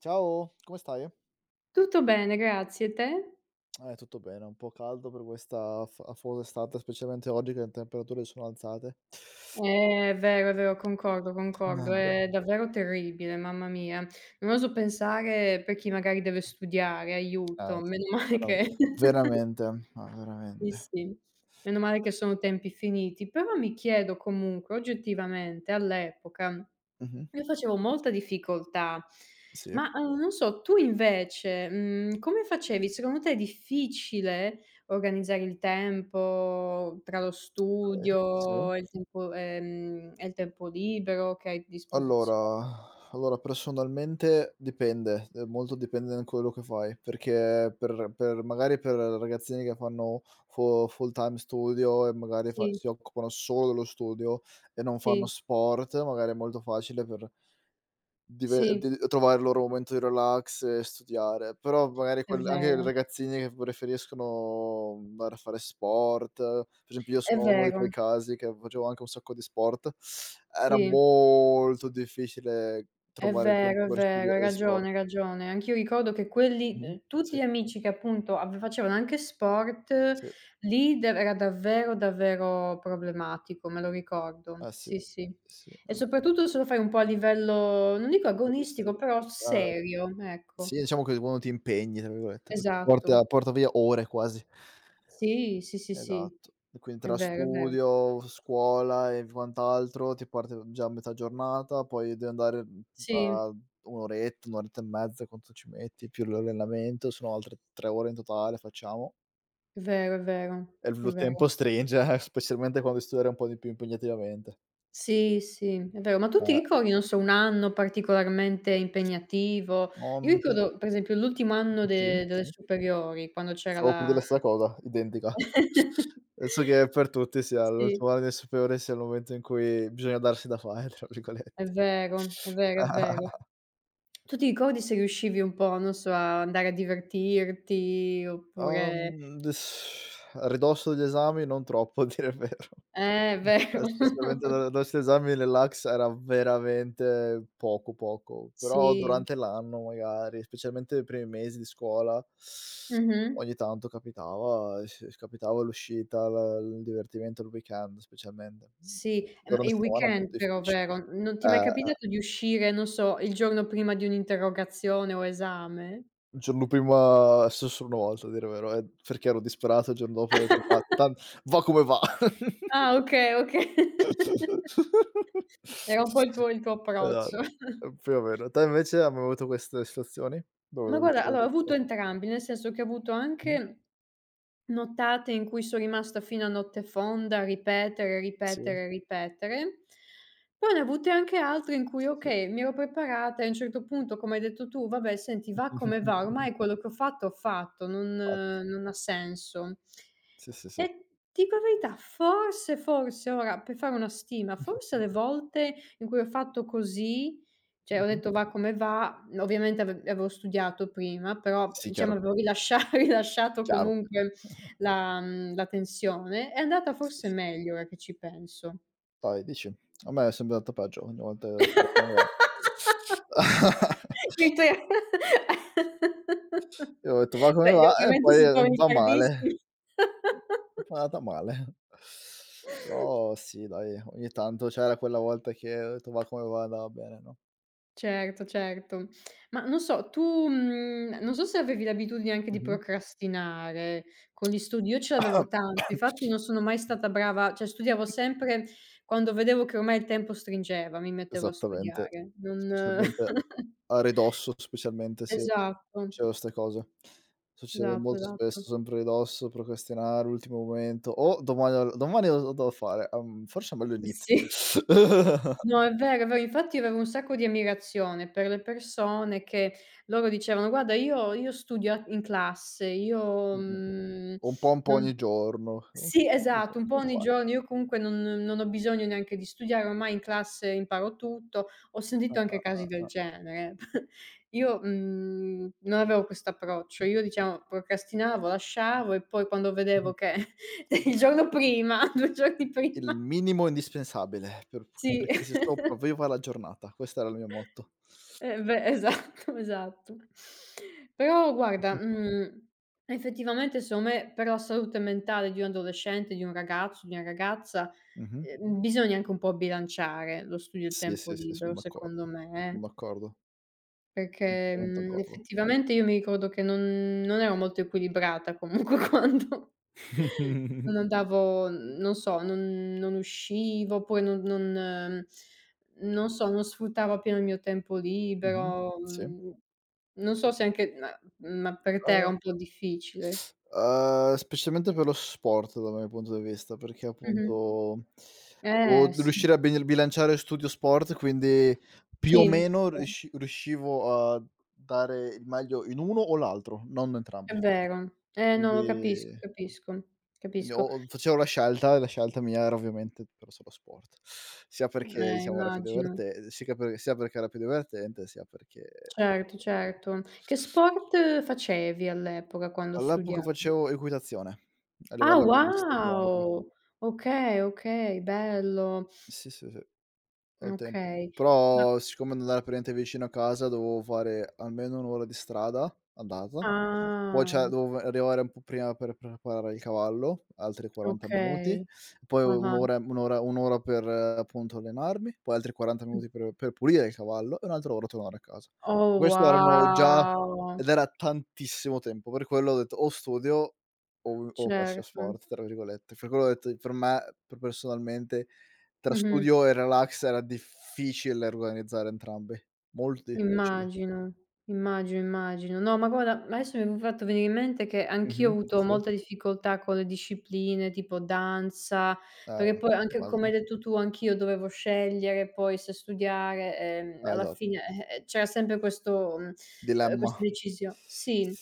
Ciao, come stai? Tutto bene, grazie. E te? Tutto bene, un po' caldo per questa af afosa estate, specialmente oggi che le temperature sono alzate. È vero, concordo, concordo. Vabbè. È davvero terribile, mamma mia. Non oso pensare per chi magari deve studiare, aiuto. Eh, Meno male però che veramente, ma sì, veramente. sì, meno male che sono tempi finiti. Però mi chiedo comunque oggettivamente all'epoca. Mh-mh. Io facevo molta difficoltà, Sì, ma, non so, tu invece, come facevi? Secondo te è difficile organizzare il tempo tra lo okay, sì. studio e il tempo libero che hai a disposizio. Allora personalmente dipende, molto dipende da quello che fai, perché per magari per ragazzini che fanno fu full time studio e magari fa Sì, si occupano solo dello studio e non fanno sì, sport, magari è molto facile per Dive sì, di trovare il loro momento di relax e studiare, però magari è quel anche i vero, ragazzini che preferiscono andare a fare sport, per esempio io è sono uno di quei vero, casi che facevo anche un sacco di sport, era sì. molto difficile trovare il tempo È per vero, studio hai e sport. ragione, hai ragione. Anch'io ricordo che quelli Mh-mh. Tutti Sì, gli amici che appunto ave facevano anche sport, sì, lì de era davvero, davvero problematico, me lo ricordo. eh sì, Sì, sì. sì, sì, E anche soprattutto se lo fai un po' a livello, non dico questi agonistico, però ehm, serio, sì ecco. diciamo che quando ti impegni tra virgolette, perché Esatto. porta via ore quasi. Sì, sì, sì, sì. Esatto. E quindi È tra vero, è vero. studio, scuola e v quant'altro ti porti già a metà giornata, poi devi andare, Sì, a un'oretta, un'oretta e mezza quanto ci metti, più l'allenamento, sono altre 3 ore in totale facciamo, è vero, è vero, e il è lo vero. tempo stringe, specialmente quando devi studiare un po' di più impegnativamente. Sì, sì, è vero. Ma tu ti Eh, ricordi, non so, un anno particolarmente impegnativo? Io non ricordo, per esempio, l'ultimo anno sì, de delle sì, superiori, quando c'era stavo per dire la la stessa cosa, identica. Penso che per tutti sia Sì, l'ultimo anno superiore sia il momento in cui bisogna darsi da fare, tra è virgolette. vero, è vero, è vero. Tu ti ricordi se riuscivi un po', non so, a andare a divertirti oppure. Des a ridosso degli esami non troppo a dire il vero. Eh, è Ehm, vero. specialmente a ridosso degli esami il relax era veramente poco, poco, però Sì. durante l'anno magari, specialmente nei primi mesi di scuola, Mh-mh. ogni tanto capitava, s capitava l'uscita, la il divertimento il weekend specialmente. Sì, ma Durante la i settimana è un po' weekend però, difficile. vero? Non ti Eh, è mai eh. capitato di uscire, non so, il giorno prima di un'interrogazione o esame? Il giorno prima è successo una volta a dire il vero, perché ero disperato, il giorno dopo ho detto: "Ma tan va come va." Ah, okay, okay. Esatto, Era un po' il tuo approccio. Più o meno. Te invece hai mai avuto queste situazioni? Dove Ma dovevi guarda, uscire allora con ho avuto qualcuno? entrambi, nel senso che ho avuto Mh-mh. anche nottate in cui son rimasta fino a notte fonda a ripetere, Sì, ripetere, ripetere. Poi ne ho avute anche altre in cui, sì, sì. okay, mi ero preparata e a un certo punto, come hai detto tu: "Vabbè senti, va come va, ormai quello che ho fatto, Infatti. Non ha senso". Sì, sì, sì. E ti dico la verità, forse, forse ora per fare una stima, forse le volte in cui ho fatto così, cioè ho Mh-mh. detto: "Va come va", ovviamente avevo studiato prima, però Sì, chiaro, diciamo chiaro, avevo rilascia rilasciato chiaro. comunque la tensione, è andata Sì, forse sì. meglio ora che ci penso. Dai, dici. A me è sempre andato peggio, ogni volta che Quindi tu hai. io ho detto: "Va come Vabbè, de va" e ovviamente poi, se torni va male. tardissimi. Non fa andata male. Però sì dai, ogni tanto c'era quella volta che ho detto: "Ma come va?" Andava bene, no. Certo, certo. Ma non so, tu, non so se avevi l'abitudine anche di Mh-mh. procrastinare con gli studi. Io ce l'avevo tanto, infatti non sono mai stata brava, cioè studiavo sempre quando vedevo che ormai il tempo stringeva, mi mettevo a Esattamente. studiare. Non Specialmente a ridosso, specialmente se Esatto, facevo 'ste cose. Succede esatto, molto esatto. spesso, sempre a ridosso, procrastinare, ultimo momento: "Oh domani ho l domani lo devo fare, forse è meglio inizio." Sì, no è vero, è vero. Infatti avevo un sacco di ammirazione per le persone che loro dicevano: "Guarda io studio a in classe, io, Mh-mh. Un po' non" ogni giorno. Sì, esatto, un po' "Come ogni fate?" giorno. Io comunque non ho bisogno neanche di studiare, ormai in classe imparo tutto. Ho Ah, sentito anche ah, ah, casi del ah. genere. Io, non avevo questo approccio. Io diciamo procrastinavo, lasciavo e poi quando Mh. vedevo che il giorno prima, 2 giorni prima Il minimo indispensabile sì. perché se sopravvivo alla giornata, questo era il mio motto. Eh beh, esatto, esatto. Però guarda, effettivamente secondo me per la salute mentale di un adolescente, di un ragazzo, di una ragazza, Mh-mh. Bisogna anche un po' bilanciare lo studio e il Sì, tempo sì, sì, son libero, d'accordo. secondo me, Son eh. d'accordo, Perché, completamente d'accordo. effettivamente io mi ricordo che non ero molto equilibrata comunque quando non andavo non so, non uscivo, oppure non so, non sfruttavo appieno il mio tempo Mh-mh. libero, Sì. Non so se anche ma per te era Uhm, un po' difficile? specialmente per lo sport dal mio punto di vista, perché Mh-mh. appunto o Sì. riuscire a bilanciare studio sport, quindi più o Sì, è meno vero. Riuscivo a dare il meglio in uno o l'altro, non entrambi. È vero. No, Quindi capisco, capisco, Quindi o capisco. o facevo la scelta e la scelta mia era ovviamente però solo sport. Sia perché diciamo era più Immagino. diverten si capi sia perché era più divertente, sia perché Certo, certo. Che sport facevi all'epoca quando all'epoca studiavi? facevo equitazione, a Ah, livello agonistico anche. wow! Okay, okay, bello. Sì, sì, sì. Al temp Okay. Ma però siccome non era praticamente vicino a casa dovevo fare almeno 1 ora di strada andata, poi cioè ah, dovevo arrivare un po' prima per preparare il cavallo, altri 40 minuti, okay. poi 1 Ah-ah. ora 1 ora 1 ora per appunto allenarmi, poi altri 40 Mh. minuti per pulire il cavallo e un'altra ora tornare a casa. Oh, Questo erano già wow! ed era tantissimo tempo, per quello ho detto: "O studio o faccio Certo. sport", tra virgolette. Per quello ho detto per me, per personalmente tra Mh-mh. studio e relax era difficile organizzare entrambi, molto difficile. Immagino, immagino, immagino. No, ma guarda, adesso mi è fatto venire in mente che anch'io ho Mh-mh, avuto sì, molta difficoltà con le discipline tipo danza, eh, perché poi anche come immagino. hai detto tu, anch'io dovevo scegliere poi se studiare, alla Esatto. fine, c'era sempre Dilemma. questa decisio sì.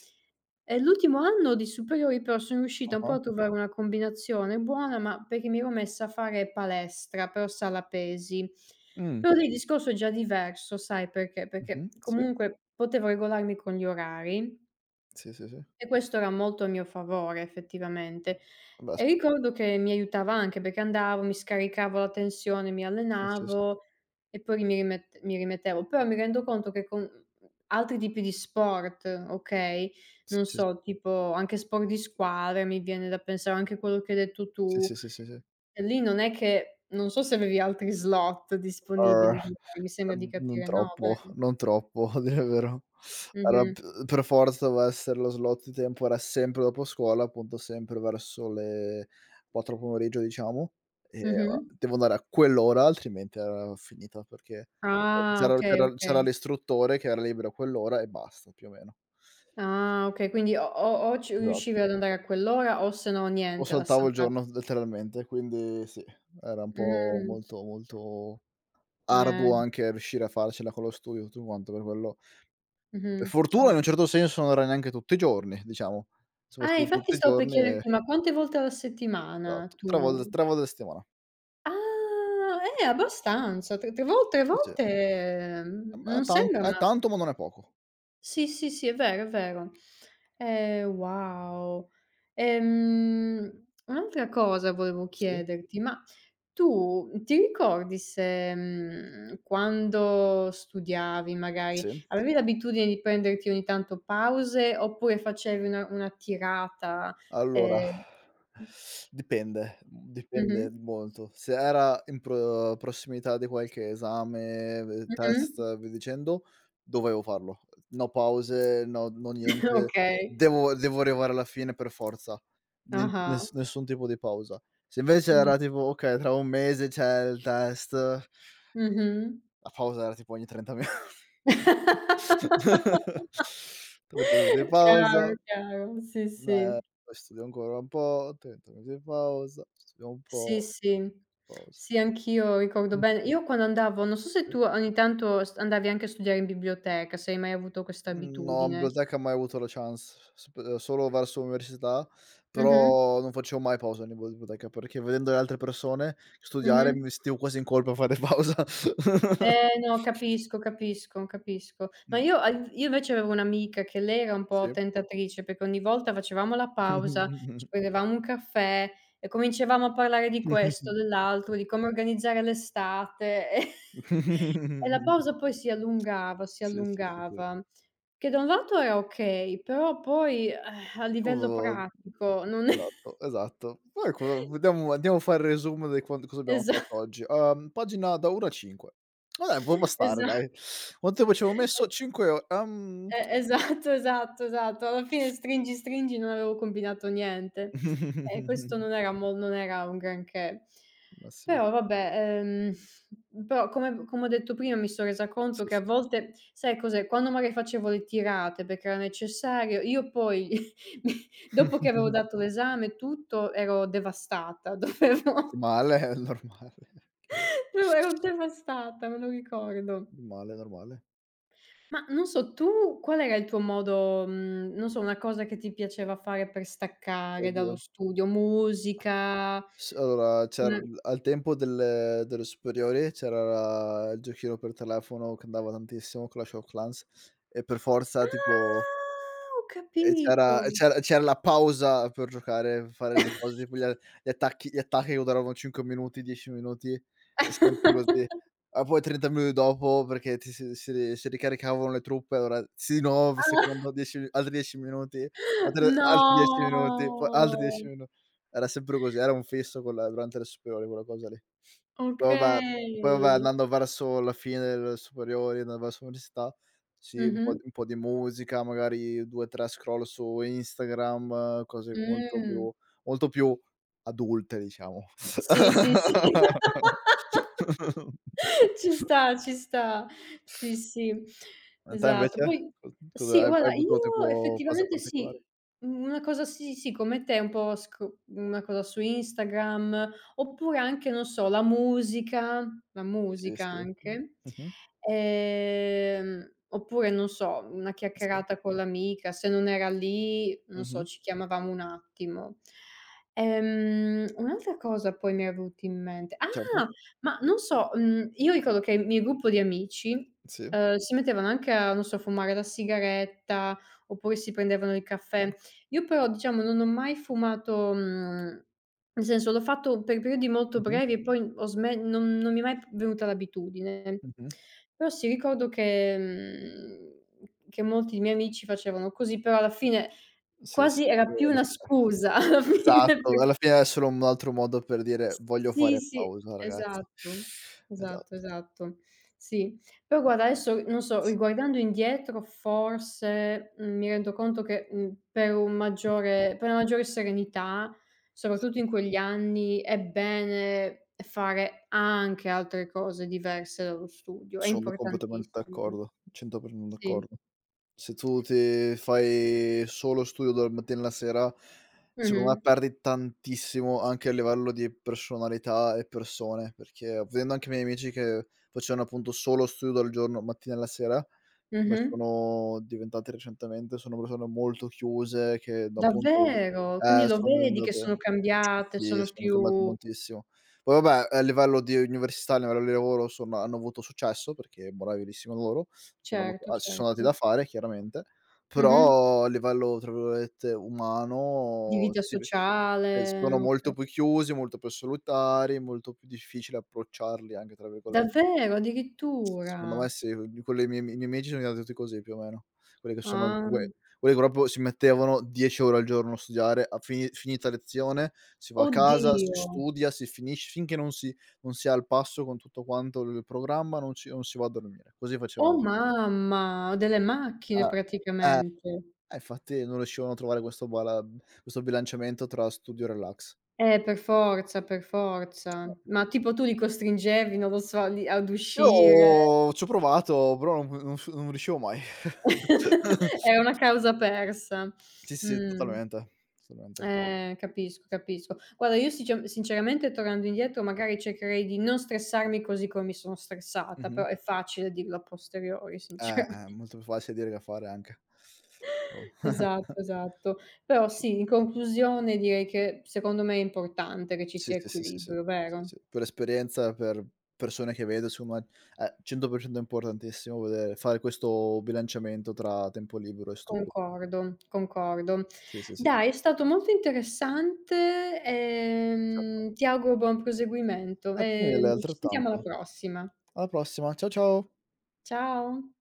È l'ultimo anno di superiori, però sono riuscita un po' Ah-ah. a trovare una combinazione buona, ma perché mi ero messa a fare palestra, però sala pesi. Mh, Però lì il discorso è già diverso, sai perché? mh-mh, Perché sì, comunque potevo regolarmi con gli orari sì, sì, sì. e questo era molto a mio favore effettivamente. Vabbè s E ricordo che mi aiutava anche perché andavo, mi scaricavo la tensione, mi sì, sì, sì. allenavo e poi mi rimettevo. Però mi rendo conto che con altri tipi di sport, okay, Sì, non sì, so, tipo anche sport di squadra, mi viene da pensare, anche quello che hai detto sì, tu, sì, sì, sì. e lì non è che non so se avevi altri slot Sì. disponibili, mi sembra di Non capire, no, troppo, vero? non troppo a dire il vero. Era Mh-mh. p per forza, doveva essere lo slot di tempo era sempre dopo scuola, appunto sempre verso le 4 pomeriggio diciamo, e Mh-mh. a devo andare a quell'ora altrimenti era finita perché o Ah, c'era okay, c'era okay. c'era l'istruttore che era libero a quell'ora e basta più o meno. Ah, okay, quindi o ci riuscivi Esatto. ad andare a quell'ora o se no O niente, saltavo il l'assaltavi. giorno letteralmente, quindi sì, era un po' Mh, molto, molto eh, arduo anche riuscire a farcela con lo studio e tutto quanto, per quello. Per mh-mh, fortuna cer. in un certo senso non era neanche tutti i giorni, diciamo. Se fosse Ah, stato infatti tutti i stavo per giorni chiederti, ma quante volte alla settimana esatto, 3 volte tu. 3 volte a settimana. Ah, abbastanza. 3 Sì, sì. volte, Eh beh, non sembra è ma. tanto ma non è poco. Sì, sì, sì, è vero, è vero. Wow. Un'altra cosa volevo Sì, chiederti, ma tu ti ricordi se, quando studiavi magari, sì, sì. avevi l'abitudine di prenderti ogni tanto pause, oppure facevi una tirata? Allora, Ehm dipende, Mh-mh, dipende molto. Se era in pro prossimità di qualche esame, v mh-mh, test e via dicendo, dovevo farlo. No pause, no niente. okay. Devo arrivare alla fine per forza. Nen Ah-ah. ness nessun tipo di pausa. Se invece Mh, era tipo: "Okay, tra un mese c'è il test", mh-mh. la pausa era tipo ogni 30 minuti di pausa. Chiaro, chiaro, sì, sì. Eh, poi studio ancora un po', 30 minuti di pausa, studio un Sì, po', sì. pausa. Sì, anch'io ricordo Mh-mh. bene. Io quando andavo non so se tu ogni tanto st andavi anche a studiare in biblioteca, se hai mai avuto questa No, in abitudine. biblioteca mai avuto la chance, sp solo verso l'università, Mh-mh, però non facevo mai pausa in b biblioteca, perché vedendo le altre persone studiare mh-mh. mi sentivo quasi in colpa a fare pausa. Eh no, capisco, capisco, capisco. Ma Mh, io invece avevo un'amica che lei era un po' sì. tentatrice, perché ogni volta facevamo la pausa, ci prendevamo un caffè e cominciavamo a parlare di questo, dell'altro, di come organizzare l'estate e E la pausa poi si Sì, sì, sì, sì. allungava, che da un lato è okay, però poi, a livello pratico non è esatto, esatto. Poi co vediamo andiamo a fare il resumo di quan cosa abbiamo esa fatto oggi. Pagina da 1 a 5. Vabbè, può bastare esa dai. Quanto tempo ci avevo messo? 5 o esatto, esatto, esatto. Alla fine stringi, stringi, non avevo combinato niente. E questo non era un granché. ma sì, Però vabbè, però come ho detto prima mi sono resa conto sì, che a sì. volte sai cos'è, quando magari facevo le tirate perché era necessario, io poi mi dopo che avevo dato l'esame e tutto ero devastata, dovevo Normale, è normale. Chiaro. ero devastata, me lo ricordo. Normale, normale. Ma non so, tu qual era il tuo modo non so, una cosa che ti piaceva fare per staccare dallo Oddio. studio, musica, S allora c'era una. l al tempo delle superiori c'era il giochino per telefono che andava tantissimo, Clash of Clans, e per forza tipo. Ah, ho E capito. c'era e c'era c'era la pausa per giocare, fare le cose tipo gli attacchi che duravano 5 minuti, 10 minuti, e sempre così. Ma poi 30 minuti dopo perché ti si ricaricavano le truppe, allora sì, no, secondo 10 mi altri 10 minuti, altre altri 10 minuti, poi altri No! 10 minu era sempre così, era un fisso quella durante le superiori, quella cosa lì. Poi vabbè poi vabbè Okay. andando verso la fine delle superiori, andando verso l'università sì, un po' Mh-mh. di un po' di musica, magari 2, 3 scroll su Instagram, cose molto Mh. più molto più adulte diciamo. Sì, sì, sì. Ci sta, ci sta. Sì, sì, A te esatto. invece? Poi Co cosa sì, hai guarda, avuto tipo io fase effettivamente particolari? sì, una cosa sì, sì, come te, un po' sc una cosa su Instagram, oppure anche, non so, la Sì, musica sì. anche. Mh-mh. Oppure, non so, una Sì. chiacchierata con l'amica, se non era lì, non so, Mh-mh. ci chiamavamo un attimo. Un'altra cosa poi mi era venuta in mente Certo. ah! Ma non so, io ricordo che il mio gruppo di amici, Sì, si mettevano anche a, non so, fumare la sigaretta, oppure si prendevano il sì. caffè. Io però, diciamo, non ho mai fumato, nel senso l'ho fatto per periodi molto Mh-mh. brevi e poi ho sme non mi è mai p venuta l'abitudine. Mh-mh. Però sì, ricordo che molti miei amici facevano così, però alla fine Sì, sì, Quasi era poi più alla una fine. scusa alla fine per Esatto, alla fine è solo un altro modo per dire: s. "Voglio Sì, fare sì, pausa ragazzi." esatto, Esatto. esatto, esatto. Sì. Però Boh, guarda adesso, non so, sì. riguardando indietro forse, mi rendo conto che, per un maggiore per una maggiore serenità, Sì. soprattutto in quegli anni, è bene fare anche altre cose diverse dallo studio, è Sono completamente importantissimo. d'accordo, 100% Sì. d'accordo. Se tu ti fai solo studio dal mattino alla sera, secondo me Mh-mh. perdi tantissimo anche a livello di personalità e persone, perché vedendo anche i miei amici che facevano appunto solo studio dal giorno mattina alla sera, come Mh-mh. sono diventati recentemente, sono persone molto chiuse che da appunto Davvero? Quindi lo sono vedi che diventate sono cambiate, sì, sono sono cambiate più. moltissimo. Poi vabbè a livello di università, a livello di lavoro sono hanno avuto successo perché bravissimo loro. Che hanno avuto Certo, ah, si sono dati da certo. fare chiaramente, Mh-mh. però a livello, tra virgolette, Di "umano" vita si ve sociale, sono molto okay. più chiusi, molto più solitari, molto più difficile approcciarli anche tra virgolette. Davvero? Secondo me Addirittura? sì, con le mie i miei amici sono diventati tutti così più o meno. Quelli che sono Ah. comunque quelli che proprio si mettevano 10 ore al giorno a studiare, a finita lezione si va a casa, si Oddio. studia, si finisce finché non si è al passo con tutto quanto il programma non si va a dormire. Così facevano. Oh mamma, delle macchine Ah. praticamente. Infatti non riuscivano a trovare questo bala questo bilanciamento tra studio e relax. Per forza, per Eh. forza. Ma tipo tu li costringevi, non lo so, li ad uscire? Io ci ho provato, però non riuscivo mai. Era una causa persa. Sì, sì, Mh. totalmente, assolutamente. Capisco, capisco. Guarda, io sinceramente tornando indietro Sì. magari cercherei di non stressarmi così come mi sono stressata, Mh-mh. però è facile dirlo a posteriori Eh, sinceramente. molto più facile dire che fare anche. Oh. Esatto, esatto. Però Sì. sì, in conclusione direi che secondo me è importante che ci Sì, sia sì, sì, sì, sì. equilibrio, Sì, vero? sì. Per esperienza, per persone che vedo, insomma, è 100% importantissimo vedere fare questo bilanciamento tra tempo libero e studio. Concordo, concordo. Sì, sì, sì, Dai, è stato molto interessante, certo. Ti auguro buon proseguimento Grazie mille, e ci sentiamo alla altrettanto. prossima. Alla prossima, ciao ciao. Ciao.